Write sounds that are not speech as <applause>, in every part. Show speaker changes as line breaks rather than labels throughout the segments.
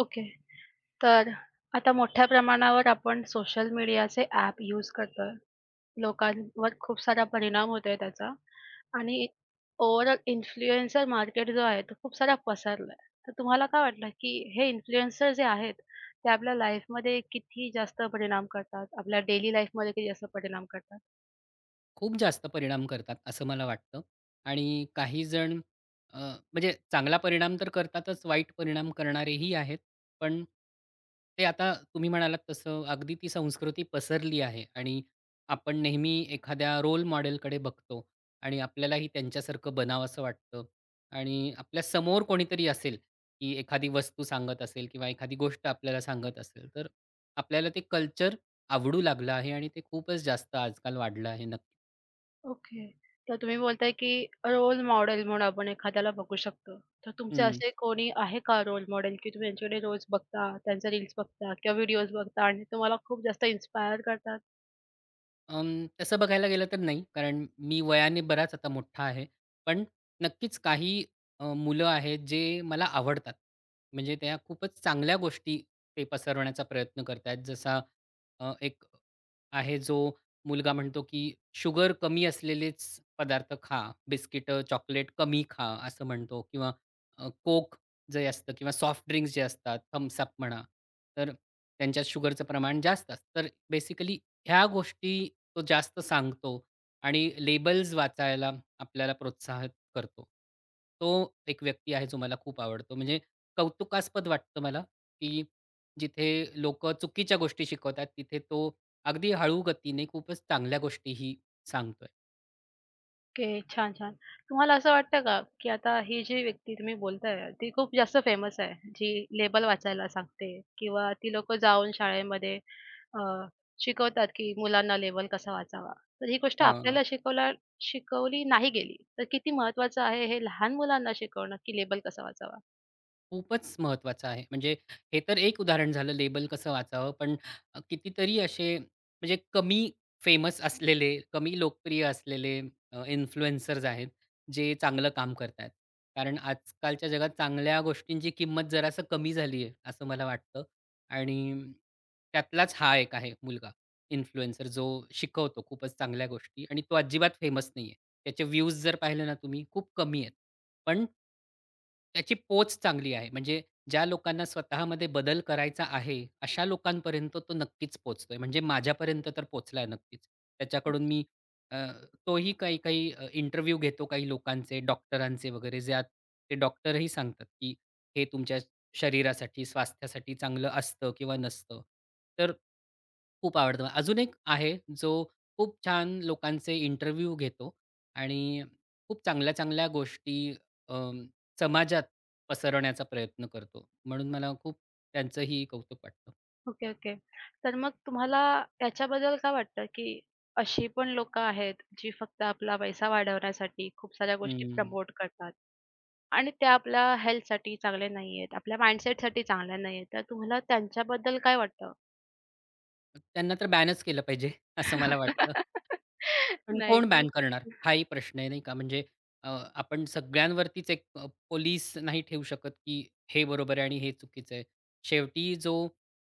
Okay. तर आता मोठ्या प्रमाणावर आपण सोशल मीडियाचे ॲप यूज करतोय. लोकांवर खूप सारा परिणाम होतोय त्याचा. आणि ओव्हरऑल इन्फ्लुएन्सर मार्केट जो आहे तो खूप सारा पसरलाय. तर तुम्हाला काय वाटलं की हे इन्फ्लुएन्सर जे आहेत, ते आपल्या लाईफमध्ये किती जास्त परिणाम करतात? आपल्या डेली लाईफमध्ये किती जास्त परिणाम करतात?
खूप जास्त परिणाम करतात असं मला वाटतं. आणि काही जण अ, म्हणजे चांगला परिणाम तर करतातच, वाईट परिणाम करणारेही आहेत. पण ते आता तुम्ही म्हणालात तसं अगदी ती संस्कृती पसरली आहे आणि आपण नेहमी एखाद्या रोल मॉडेलकडे बघतो आणि आपल्यालाही त्यांच्यासारखं बनावसं वाटतं आणि आपल्या समोर कोणीतरी असेल, की एखादी वस्तू सांगत असेल किंवा एखादी गोष्ट आपल्याला सांगत असेल, तर आपल्याला ते कल्चर आवडू लागलं आहे आणि ते खूपच जास्त आजकाल वाढलं आहे. नक्कीच.
ओके. तर तुम्ही बोलताय, की रोल मॉडेल म्हणून आपण एखाद्याला बघू शकतो. तर तुमचे
हं.
असे कोणी आहे का रोल मॉडेल, की तुम्ही त्यांच्याकडे रोज बघता, त्यांच्या रील्स बघता किंवा व्हिडिओज बघता आणि तुम्हाला खूप जास्त इन्स्पायर करतात?
तसं बघायला गेलं तर नाही, कारण मी वयाने बराच आता मोठा आहे. पण नक्कीच काही मुलं आहेत जे मला आवडतात. म्हणजे त्या खूपच चांगल्या गोष्टी ते पसरवण्याचा प्रयत्न करतायत. जसा एक आहे जो मुलगा म्हणतो, की शुगर कमी असलेलेच पदार्थ खा, बिस्किट चॉकलेट कमी खा असं म्हणतो किंवा कोक जे असतं किंवा सॉफ्ट ड्रिंक्स जे असतात, थम्स अप म्हणा, तर त्यांच्यात शुगरचं प्रमाण जास्त असतं. तर बेसिकली ह्या गोष्टी तो जास्त सांगतो आणि लेबल्स वाचायला आपल्याला प्रोत्साहित करतो. तो एक व्यक्ती आहे जो मला खूप आवडतो. म्हणजे कौतुकास्पद वाटतं मला, की जिथे लोकं चुकीच्या गोष्टी शिकवतात, तिथे तो अगदी हळू गतीने खूपच चांगल्या गोष्टीही सांगतोय.
ओके. छान, छान. तुम्हाला असं वाटतं का, की आता ही जी व्यक्ती तुम्ही बोलताय, ती खूप जास्त फेमस आहे, जी लेबल वाचायला सांगते किंवा ती लोकं जाऊन शाळेमध्ये अ, शिकवतात, की मुलांना लेबल कसा वाचावा. तर ही गोष्ट
अ,
आपल्याला शिकवली नाही गेली, तर किती महत्त्वाचं आहे हे लहान मुलांना शिकवणं, की लेबल कसा वाचावा?
खूपच महत्वाचं आहे. म्हणजे हे तर एक उदाहरण झालं लेबल कसं वाचावं, पण कितीतरी असे म्हणजे कमी फेमस असलेले, कमी लोकप्रिय असलेले इन्फ्लुएन्सर्स आहेत, जे चांगलं काम करतायत. कारण आजकालच्या जगात चांगल्या गोष्टींची किंमत जरासं कमी झाली आहे, असं मला वाटतं. आणि त्यातलाच हा एक आहे मुलगा इन्फ्लुएन्सर, जो शिकवतो खूपच चांगल्या गोष्टी आणि तो अजिबात फेमस नाहीये. त्याचे व्ह्यूज जर पाहिले ना तुम्ही, खूप कमी आहेत. पण त्याची पोच चांगली आहे. म्हणजे ज्या लोकांना स्वतःमध्ये बदल करायचा आहे, अशा लोकांपर्यंत तो नक्कीच पोहोचतोय. म्हणजे माझ्यापर्यंत तर पोहोचलाय नक्कीच.
ओ
त्याच्याकडून मी अ, तोही काही काही इंटरव्ह्यू घेतो काही लोकांचे, डॉक्टरांचे वगैरे, ज्यात ते डॉक्टरही सांगतात, की हे तुमच्या शरीरासाठी, स्वास्थ्यासाठी चांगलं असतं किंवा नसतं. तर खूप आवडतं. अजून एक आहे, जो खूप छान लोकांचे इंटरव्ह्यू घेतो आणि खूप चांगल्या-चांगल्या गोष्टी अं, समाजात पसरवण्याचा प्रयत्न करतो. म्हणून मला खूप त्यांचंही कौतुक वाटतं.
Okay, okay. तर मग तुम्हाला याच्याबद्दल काय वाटतं, की अशी पण लोकं आहेत, जी फक्त आपला पैसा वाढवण्यासाठी खूप साऱ्या गोष्टी
हं.
प्रमोट करतात? आणि त्या आपल्या हेल्थसाठी चांगल्या नाहीयेत. आपल्या माइंडसेटसाठी चांगल्या नाहीयेत. तर तुम्हाला त्यांच्याबद्दल काय वाटतं?
त्यांना तर बॅनच केलं पाहिजे <laughs> असं मला वाटतं.
<laughs>
पण
नाही
कोण
का?
बॅन करणार? हाही प्रश्न आहे नाही का? म्हणजे अ, आपण सगळ्यांवरतीच एक पोलीस नाही ठेवू शकत, की हे बरोबर आहे आणि हे चुकीचं आहे. शेवटी जो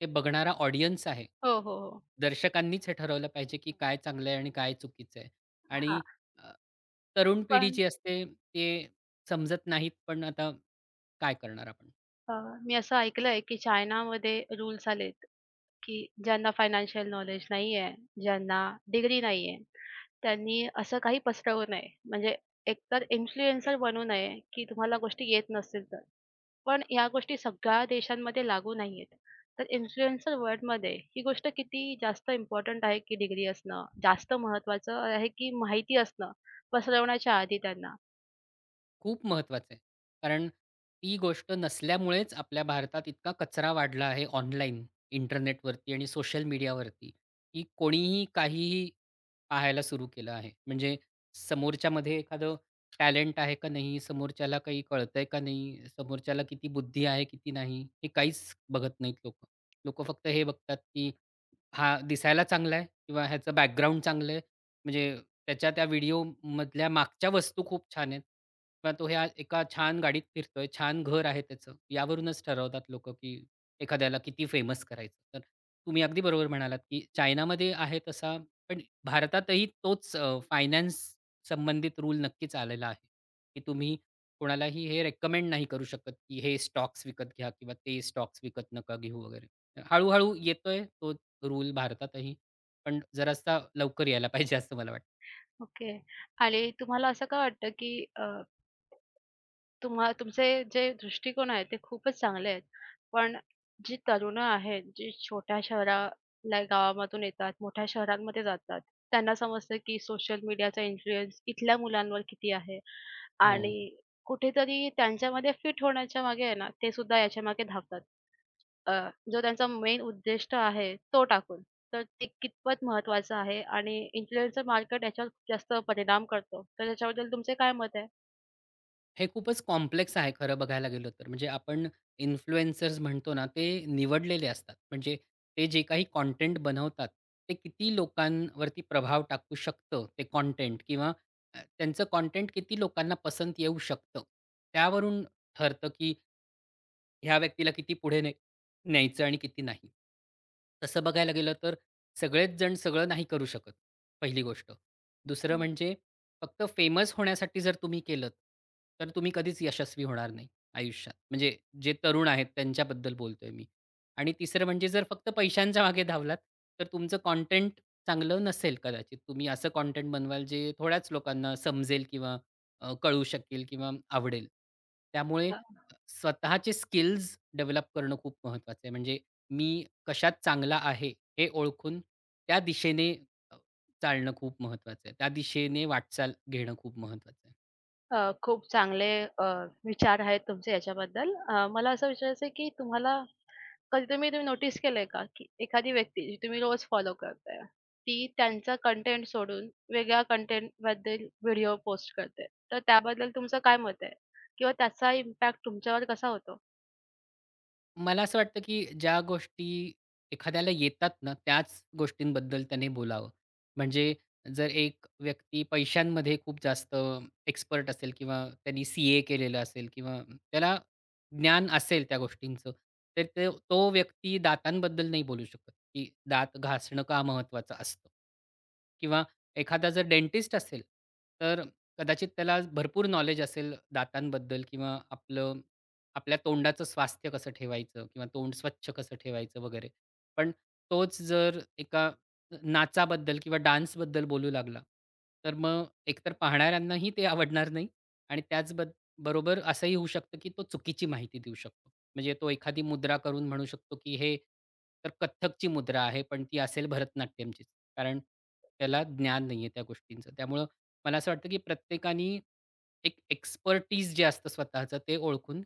ते बघणारा ऑडियन्स आहे,
हो, हो, हो.
दर्शकांनीच हे ठरवलं पाहिजे, की काय चांगलं आहे आणि काय चुकीचं आहे. आणि
हां.
अ, तरुण पिढी
पण
जी असते ते समजत नाहीत. पण आता काय करणार आपण?
अ, मी असं ऐकलंय, की चायनामध्ये रूल्स आलेत, की ज्यांना फायनान्शियल नॉलेज नाहीये, ज्यांना डिग्री नाहीये, त्यांनी असं काही पसरवू नये. म्हणजे एकतर इन्फ्लुएन्सर बनू नये, की तुम्हाला गोष्टी येत नसतील पण या गोष्टी सगळ्या देशांमध्ये लागू नाहीयेत. तर इन्फ्लुएन्सर वर्ल्डमध्ये ही गोष्ट किती जास्त इम्पोर्टंट आहे, की डिग्री असणं जास्त महत्त्वाचं आहे, की माहिती असणं पसरवण्याच्या आधी त्यांना.
खूप महत्वाचं आहे. कारण ती गोष्ट नसल्यामुळेच आपल्या भारतात इतका कचरा वाढला आहे ऑनलाईन, इंटरनेटवरती आणि सोशल मीडियावरती, की कोणीही काहीही पाहायला सुरू केलं आहे. म्हणजे समोरच्यामध्ये एखादं टॅलेंट आहे का नाही? समोरच्याला काही कळतंय का नाही? समोरच्याला किती बुद्धी आहे, किती नाही? हे काहीच बघत नाहीत लोकं. लोकं फक्त हे बघतात, की हा दिसायला चांगला आहे किंवा ह्याचं बॅकग्राऊंड चांगलं आहे. म्हणजे त्याच्या त्या व्हिडिओमधल्या मागच्या वस्तू खूप छान आहेत किंवा तो ह्या एका छान गाडीत फिरतोय, छान घर आहे त्याचं. यावरूनच ठरवतात लोकं, की एखाद्याला किती फेमस करायचं. तर तुम्ही अगदी बरोबर म्हणालात, की चायनामध्ये आहे तसा, पण भारतातही तोच फायनान्स संबंधित रूल नक्कीच आलेला आहे, की तुम्ही कोणालाही हे रेकमेंड नाही करू शकत, की हे स्टॉक्स विकत घ्या किंवा ते स्टॉक्स विकत नका घेऊ वगैरे. हळू येतोय तो रूल भारतातही, पण जरासा लवकर यायला पाहिजे असं मला वाटतं.
ओके. आणि तुम्हाला असं का वाटतं, की तुमचे जे दृष्टिकोन आहेत ते खूपच चांगले आहेत. पण जी तरुणं आहेत, जी छोट्या शहराला गावामधून येतात, मोठ्या शहरांमध्ये जातात. त्यांना समजतं की सोशल मीडियाचा इन्फ्लुअन्स इथल्या मुलांवर किती आहे
हो.
आणि कुठेतरी त्यांच्यामध्ये फिट होण्याच्या मागे आहे ना, ते सुद्धा याच्यामागे धावतात. अ, जो त्यांचा मेन उद्दिष्ट आहे तो टाकून. तर ते कितपत महत्त्वाचं आहे आणि इन्फ्लुएन्सर मार्केट याच्यावर खूप जास्त परिणाम करतो. तर त्याच्याबद्दल तुमचे काय मत आहे?
हे खूपच कॉम्प्लेक्स आहे खरं बघायला गेलं तर. म्हणजे आपण इन्फ्लुएन्सर्स म्हणतो ना, ते निवडलेले असतात. म्हणजे ते जे काही कंटेंट बनवतात, ते किती लोकांवरती प्रभाव टाकू शकतं ते कंटेंट किंवा त्यांचं कंटेंट किती लोकांना पसंत येऊ शकतं. त्यावरून ठरतं की ह्या व्यक्तीला किती पुढे न्यायचं आणि किती नाही. तसं बघायला गेलं तर सगळेच जण सगळं नाही करू शकत, पहिली गोष्ट. दुसरं म्हणजे फक्त फेमस होण्यासाठी जर तुम्ही केलत, तर तुम्ही कधीच यशस्वी होणार नाही आयुष्यात. म्हणजे जे तरुण आहेत त्यांच्याबद्दल बोलतोय मी. आणि तिसरं म्हणजे जर फक्त पैशांच्या मागे धावलात, तर तुमचं कंटेंट चांगलं नसेल कदाचित. तुम्ही असं कंटेंट बनवाल जे थोड्याच लोकांना समजेल किंवा कळू शकेल किंवा आवडेल. त्यामुळे स्वतःचे स्किल्स डेव्हलप करणं खूप महत्त्वाचं आहे. म्हणजे मी कशात चांगला आहे, हे ओळखून त्या दिशेने अ, चालणं खूप महत्त्वाचं आहे. त्या दिशेने वाटचाल घेणं खूप महत्त्वाचं आहे.
अ, खूप चांगले अ, विचार आहेत तुमचे याच्याबद्दल. मला असं विचारायचं आहे की तुम्हाला कधीतरी तुम्ही तुम्ही नोटीस केलंय का, की एखादी व्यक्ती जी तुम्ही रोज फॉलो करताय, ती त्यांचा कंटेंट सोडून वेगळ्या कंटेंटबद्दल व्हिडिओ पोस्ट करते. तर त्याबद्दल तुमचं काय मत आहे? किंवा त्याचा इम्पॅक्ट तुमच्यावर कसा होतो?
मला असं वाटतं, की ज्या गोष्टी एखाद्याला येतात ना, त्याच गोष्टींबद्दल त्याने बोलावं. म्हणजे जर एक व्यक्ती पैशांमध्ये खूप जास्त एक्सपर्ट असेल किंवा त्यांनी सी-ए केलेलं असेल किंवा त्याला ज्ञान असेल त्या गोष्टींचं, तर ते तो व्यक्ती दातांबद्दल नाही बोलू शकत, की दात घासणं का महत्त्वाचं असतं? किंवा एखादा जर डेंटिस्ट असेल, तर कदाचित त्याला भरपूर नॉलेज असेल दातांबद्दल किंवा आपलं आपल्या तोंडाचं स्वास्थ्य कसं ठेवायचं किंवा तोंड स्वच्छ कसं ठेवायचं वगैरे. पण तोच जर एका नाचाबद्दल किंवा डान्सबद्दल बोलू लागला, तर मग एकतर पाहणाऱ्यांनाही ते आवडणार नाही आणि त्याच बरोबर असंही होऊ शकतं, की तो चुकीची माहिती देऊ शकतो. म्हणजे तो एखादी मुद्रा करून म्हणू शकतो, की हे तर कथ्थकची मुद्रा आहे, पण ती असेल भरतनाट्यमचीच. कारण त्याला ज्ञान नाहीये त्या गोष्टींचं. त्यामुळं मला असं वाटतं, की प्रत्येकानी एक एक्सपर्टीज जे असतं स्वतःचं ते ओळखून,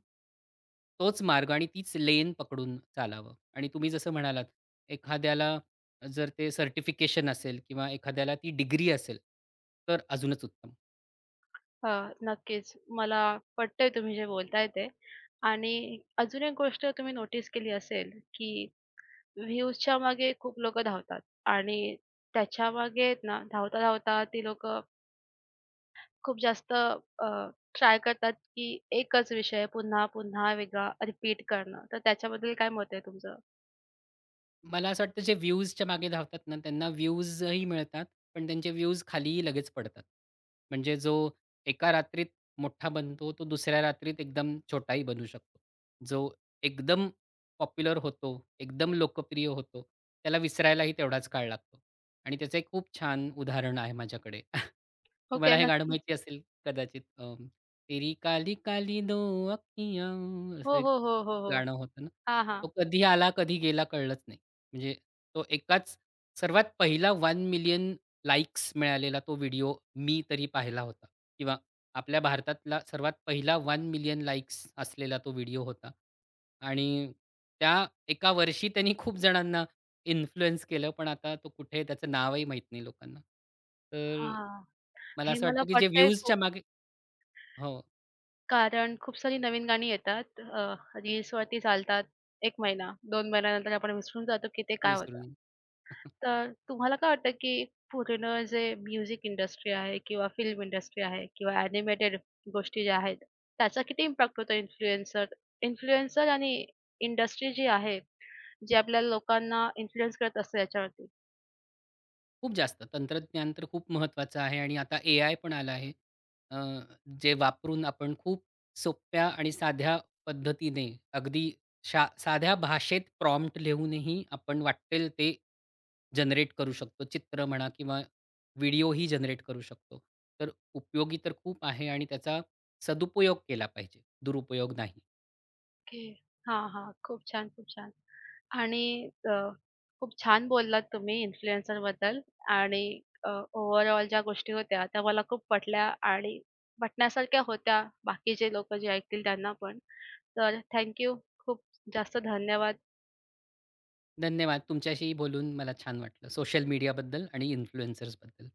तोच मार्ग आणि तीच लेन पकडून चालावं. आणि तुम्ही जसं म्हणालात, एखाद्याला जर ते सर्टिफिकेशन असेल किंवा एखाद्याला ती डिग्री असेल, तर अजूनच उत्तम.
हां, नक्कीच. मला पटतंय तुम्ही जे बोलताय ते. आणि अजून एक गोष्ट तुम्ही नोटीस केली असेल की व्ह्यूजच्या मागे खूप लोकं धावतात आणि त्याच्यामागे आहेत ना, धावता-धावता ती लोकं खूप जास्त ट्राय करतात, की एकच विषय पुन्हा-पुन्हा वेगळा रिपीट करणं. तर त्याच्याबद्दल काय मत आहे तुमचं?
मला असं वाटतं जे व्ह्यूजच्या मागे धावतात ना, त्यांना व्ह्यूजही मिळतात, पण त्यांचे व्ह्यूज खालीही लगेच पडतात. म्हणजे जो एका रात्रीत मोठा बनतो, तो दुसऱ्या रात्रीत एकदम छोटाही बनू शकतो. जो एकदम पॉप्युलर होतो, एकदम लोकप्रिय होतो, त्याला विसरायलाही तेवढाच काळ लागतो. आणि त्याचं एक खूप छान उदाहरण आहे माझ्याकडे. <laughs>
ओके,
तुम्हाला हे गाणं
नक्कीच.
माहिती असेल कदाचित. तेरी काली काली दो अखियाँ
हो,
असं एक
हो, हो, हो, हो.
गाणं होतं ना.
हां, हां.
तो कधी आला, कधी गेला कळलंच नाही. म्हणजे तो एकाच सर्वात पहिला 1,000,000 लाइक्स मिळालेला तो व्हिडिओ मी तरी पाहिला होता किंवा आपल्या भारतातला सर्वात पहिला 1,000,000 लाइक्स असलेला तो व्हिडिओ होता. आणि त्या एका वर्षी त्यांनी खूप जणांना इन्फ्लुअन्स केलं, पण आता तो कुठे आहे त्याचं नावही माहीत नाही लोकांना. तर
हां.
मला
हे
असं
मला
वाटतं, की जे
पटतंय खूप,
व्ह्यूजच्या मागे हो,
कारण खूप सारी नवीन गाणी येतात. रील्सवरती चालतात 1 महिना, 2 महिन्यानंतर आपण विसरून जातो, की ते काय
विसरू
होतं. तर तुम्हाला काय वाटतं की पूर्ण जे म्युझिक इंडस्ट्री आहे किंवा फिल्म इंडस्ट्री आहे किंवा ॲनिमेटेड गोष्टी ज्या आहेत, त्याचा किती इम्पॅक्ट होतो इन्फ्लुएन्सर इन्फ्लुएन्सर आणि इंडस्ट्री जी आहे, जी आपल्या लोकांना इन्फ्लुअन्स करत असते याच्यावरती?
खूप जास्त. तंत्रज्ञान तर खूप महत्त्वाचं आहे आणि आता एआय पण आलं आहे. अ, जे वापरून आपण खूप सोप्या आणि साध्या पद्धतीने अगदी साध्या भाषेत प्रॉम्प्ट लिहूनही आपण वाट्टेल ते जनरेट करू शकतो. चित्र म्हणा किंवा व्हिडिओही जनरेट करू शकतो. तर उपयोगी तर खूप आहे आणि त्याचा सदुपयोग केला पाहिजे, दुरुपयोग नाही.
ओके. हां, हां. खूप छान, खूप छान. आणि अ, खूप छान बोललात तुम्ही इन्फ्लुएन्सरबद्दल आणि अ, ओव्हरऑल ज्या गोष्टी होत्या त्या मला खूप पटल्या आणि पटण्यासारख्या होत्या. बाकीचे लोकं जे ऐकतील त्यांना पण. तर थँक यू. खूप जास्त धन्यवाद.
धन्यवाद. तुमच्याशी बोलून मला छान वाटलं. सोशल मीडियाबद्दल आणि इन्फ्लुएन्सर्सबद्दल.